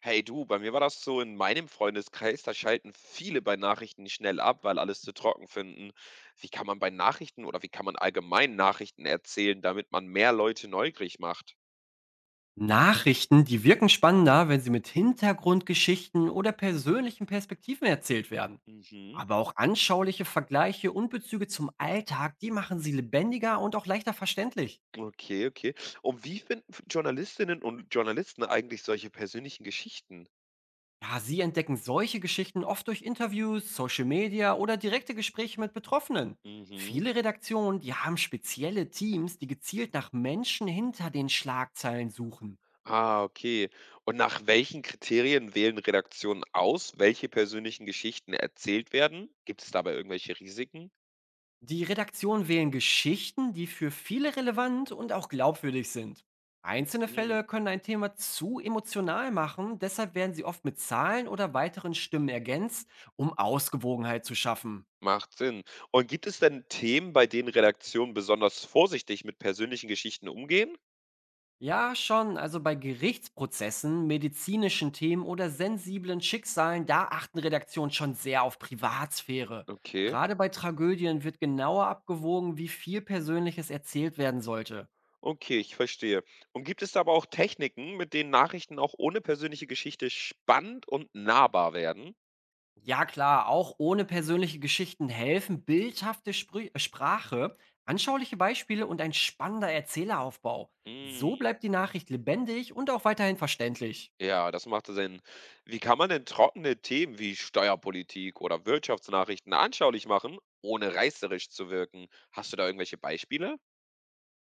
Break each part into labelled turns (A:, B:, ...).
A: Hey du, bei mir war das so in meinem Freundeskreis, da schalten viele bei Nachrichten schnell ab, weil alles zu trocken finden. Wie kann man bei Nachrichten oder wie kann man allgemein Nachrichten erzählen, damit man mehr Leute neugierig macht?
B: Nachrichten, die wirken spannender, wenn sie mit Hintergrundgeschichten oder persönlichen Perspektiven erzählt werden.
A: Mhm.
B: Aber auch anschauliche Vergleiche und Bezüge zum Alltag, die machen sie lebendiger und auch leichter verständlich.
A: Okay, okay. Und wie finden Journalistinnen und Journalisten eigentlich solche persönlichen Geschichten?
B: Ja, sie entdecken solche Geschichten oft durch Interviews, Social Media oder direkte Gespräche mit Betroffenen.
A: Mhm.
B: Viele Redaktionen, die haben spezielle Teams, die gezielt nach Menschen hinter den Schlagzeilen suchen.
A: Ah, okay. Und nach welchen Kriterien wählen Redaktionen aus, welche persönlichen Geschichten erzählt werden? Gibt es dabei irgendwelche Risiken?
B: Die Redaktion wählen Geschichten, die für viele relevant und auch glaubwürdig sind. Einzelne
A: Mhm.
B: Fälle können ein Thema zu emotional machen, deshalb werden sie oft mit Zahlen oder weiteren Stimmen ergänzt, um Ausgewogenheit zu schaffen.
A: Macht Sinn. Und gibt es denn Themen, bei denen Redaktionen besonders vorsichtig mit persönlichen Geschichten umgehen?
B: Ja, schon, also bei Gerichtsprozessen, medizinischen Themen oder sensiblen Schicksalen, da achten Redaktionen schon sehr auf Privatsphäre.
A: Okay,
B: Gerade bei Tragödien wird genauer abgewogen, wie viel Persönliches erzählt werden sollte.
A: okay, ich verstehe. Und gibt es da aber auch Techniken, mit denen Nachrichten auch ohne persönliche Geschichte spannend und nahbar werden?
B: Ja, klar, auch ohne persönliche Geschichten helfen bildhafte Sprü Sprache, anschauliche Beispiele und ein spannender Erzähleraufbau. So
A: Mm,
B: bleibt die Nachricht lebendig und auch weiterhin verständlich.
A: ja, das macht Sinn. Wie kann man denn trockene Themen wie Steuerpolitik oder Wirtschaftsnachrichten anschaulich machen, ohne reißerisch zu wirken? Hast du da irgendwelche Beispiele?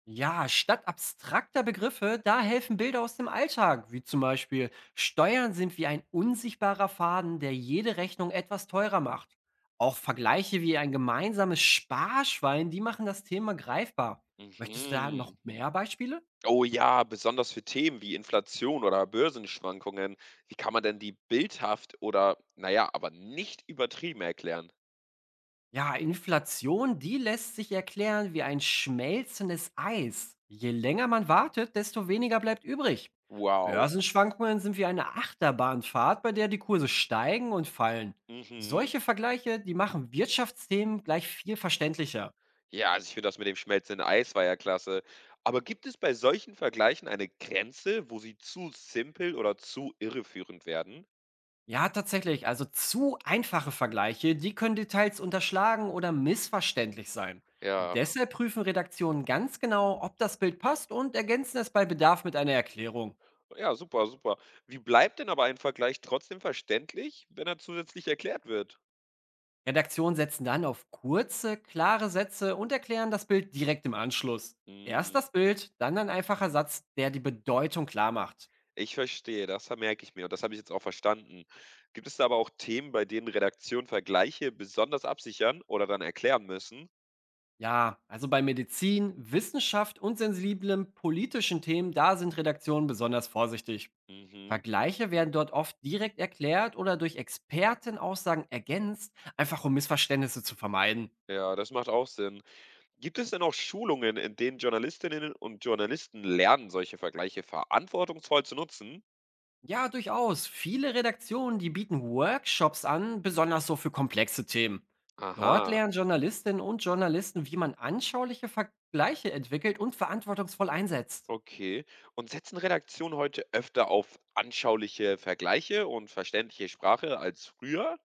B: Ja, statt abstrakter Begriffe, da helfen Bilder aus dem Alltag, wie zum Beispiel Steuern sind wie ein unsichtbarer Faden, der jede Rechnung etwas teurer macht. Auch Vergleiche wie ein gemeinsames Sparschwein, die machen das Thema greifbar. Möchtest du da noch
A: Mhm.
B: mehr Beispiele?
A: Oh ja, besonders für Themen wie Inflation oder Börsenschwankungen. Wie kann man denn die bildhaft oder, naja, aber nicht übertrieben erklären?
B: Ja, Inflation, die lässt sich erklären wie ein schmelzendes Eis. Je länger man wartet, desto weniger bleibt übrig.
A: Wow.
B: Börsenschwankungen sind wie eine Achterbahnfahrt, bei der die Kurse steigen und fallen.
A: Mhm.
B: Solche Vergleiche, die machen Wirtschaftsthemen gleich viel verständlicher.
A: Ja, also ich finde das mit dem schmelzenden Eis war ja klasse. Aber gibt es bei solchen Vergleichen eine Grenze, wo sie zu simpel oder zu irreführend werden?
B: Ja, tatsächlich, also zu einfache Vergleiche, die können Details unterschlagen oder missverständlich sein.
A: Ja.
B: Deshalb prüfen Redaktionen ganz genau, ob das Bild passt und ergänzen es bei Bedarf mit einer Erklärung.
A: Ja, super, super. Wie bleibt denn aber ein Vergleich trotzdem verständlich, wenn er zusätzlich erklärt wird?
B: Redaktionen setzen dann auf kurze, klare Sätze und erklären das Bild direkt im Anschluss. Erst
A: Mm.
B: das Bild, dann ein einfacher Satz, der die Bedeutung klar macht.
A: Ich verstehe, das merke ich mir und das habe ich jetzt auch verstanden. Gibt es da aber auch Themen, bei denen Redaktionen Vergleiche besonders absichern oder dann erklären müssen?
B: Ja, also bei Medizin, Wissenschaft und sensiblen politischen Themen, da sind Redaktionen besonders vorsichtig.
A: Mhm.
B: Vergleiche werden dort oft direkt erklärt oder durch Expertenaussagen ergänzt, einfach um Missverständnisse zu vermeiden.
A: Ja, das macht auch Sinn. Gibt es denn auch Schulungen, in denen Journalistinnen und Journalisten lernen, solche Vergleiche verantwortungsvoll zu nutzen?
B: Ja, durchaus. Viele Redaktionen, die bieten Workshops an, besonders so für komplexe Themen. Dort
A: Aha,
B: lernen Journalistinnen und Journalisten, wie man anschauliche Vergleiche entwickelt und verantwortungsvoll einsetzt.
A: okay. Und setzen Redaktionen heute öfter auf anschauliche Vergleiche und verständliche Sprache als früher?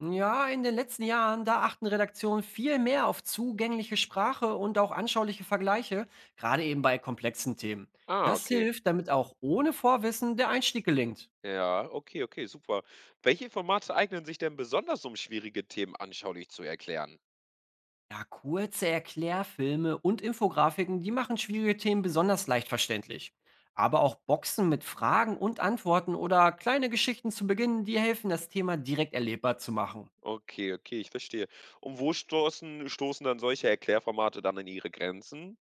B: Ja, in den letzten Jahren, da achten Redaktionen viel mehr auf zugängliche Sprache und auch anschauliche Vergleiche, gerade eben bei komplexen Themen.
A: Ah,
B: Das
A: okay.
B: hilft, damit auch ohne Vorwissen der Einstieg gelingt.
A: Ja, okay, okay, super. Welche Formate eignen sich denn besonders, um schwierige Themen anschaulich zu erklären?
B: Ja, kurze Erklärfilme und Infografiken, die machen schwierige Themen besonders leicht verständlich. Aber auch Boxen mit Fragen und Antworten oder kleine Geschichten zu Beginn, die helfen, das Thema direkt erlebbar zu machen.
A: Okay, okay, ich verstehe. Und wo stoßen dann solche Erklärformate dann an ihre Grenzen?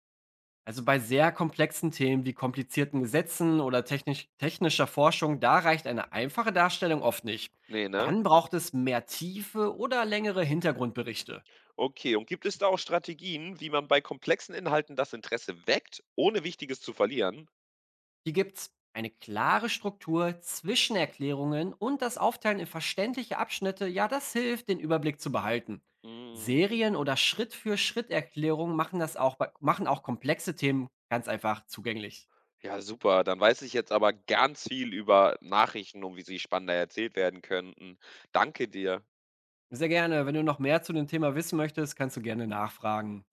B: Also bei sehr komplexen Themen wie komplizierten Gesetzen oder technischer Forschung, da reicht eine einfache Darstellung oft nicht.
A: Nee, ne?
B: Dann braucht es mehr Tiefe oder längere Hintergrundberichte.
A: Okay, und gibt es da auch Strategien, wie man bei komplexen Inhalten das Interesse weckt, ohne Wichtiges zu verlieren?
B: Hier gibt's eine klare Struktur, Zwischenerklärungen und das Aufteilen in verständliche Abschnitte, ja, das hilft, den Überblick zu behalten.
A: Mm,
B: Serien oder Schritt-für-Schritt-Erklärungen machen das auch, machen auch komplexe Themen ganz einfach zugänglich.
A: ja, super. Dann weiß ich jetzt aber ganz viel über Nachrichten und wie sie spannender erzählt werden könnten. Danke dir.
B: Sehr gerne. Wenn du noch mehr zu dem Thema wissen möchtest, kannst du gerne nachfragen.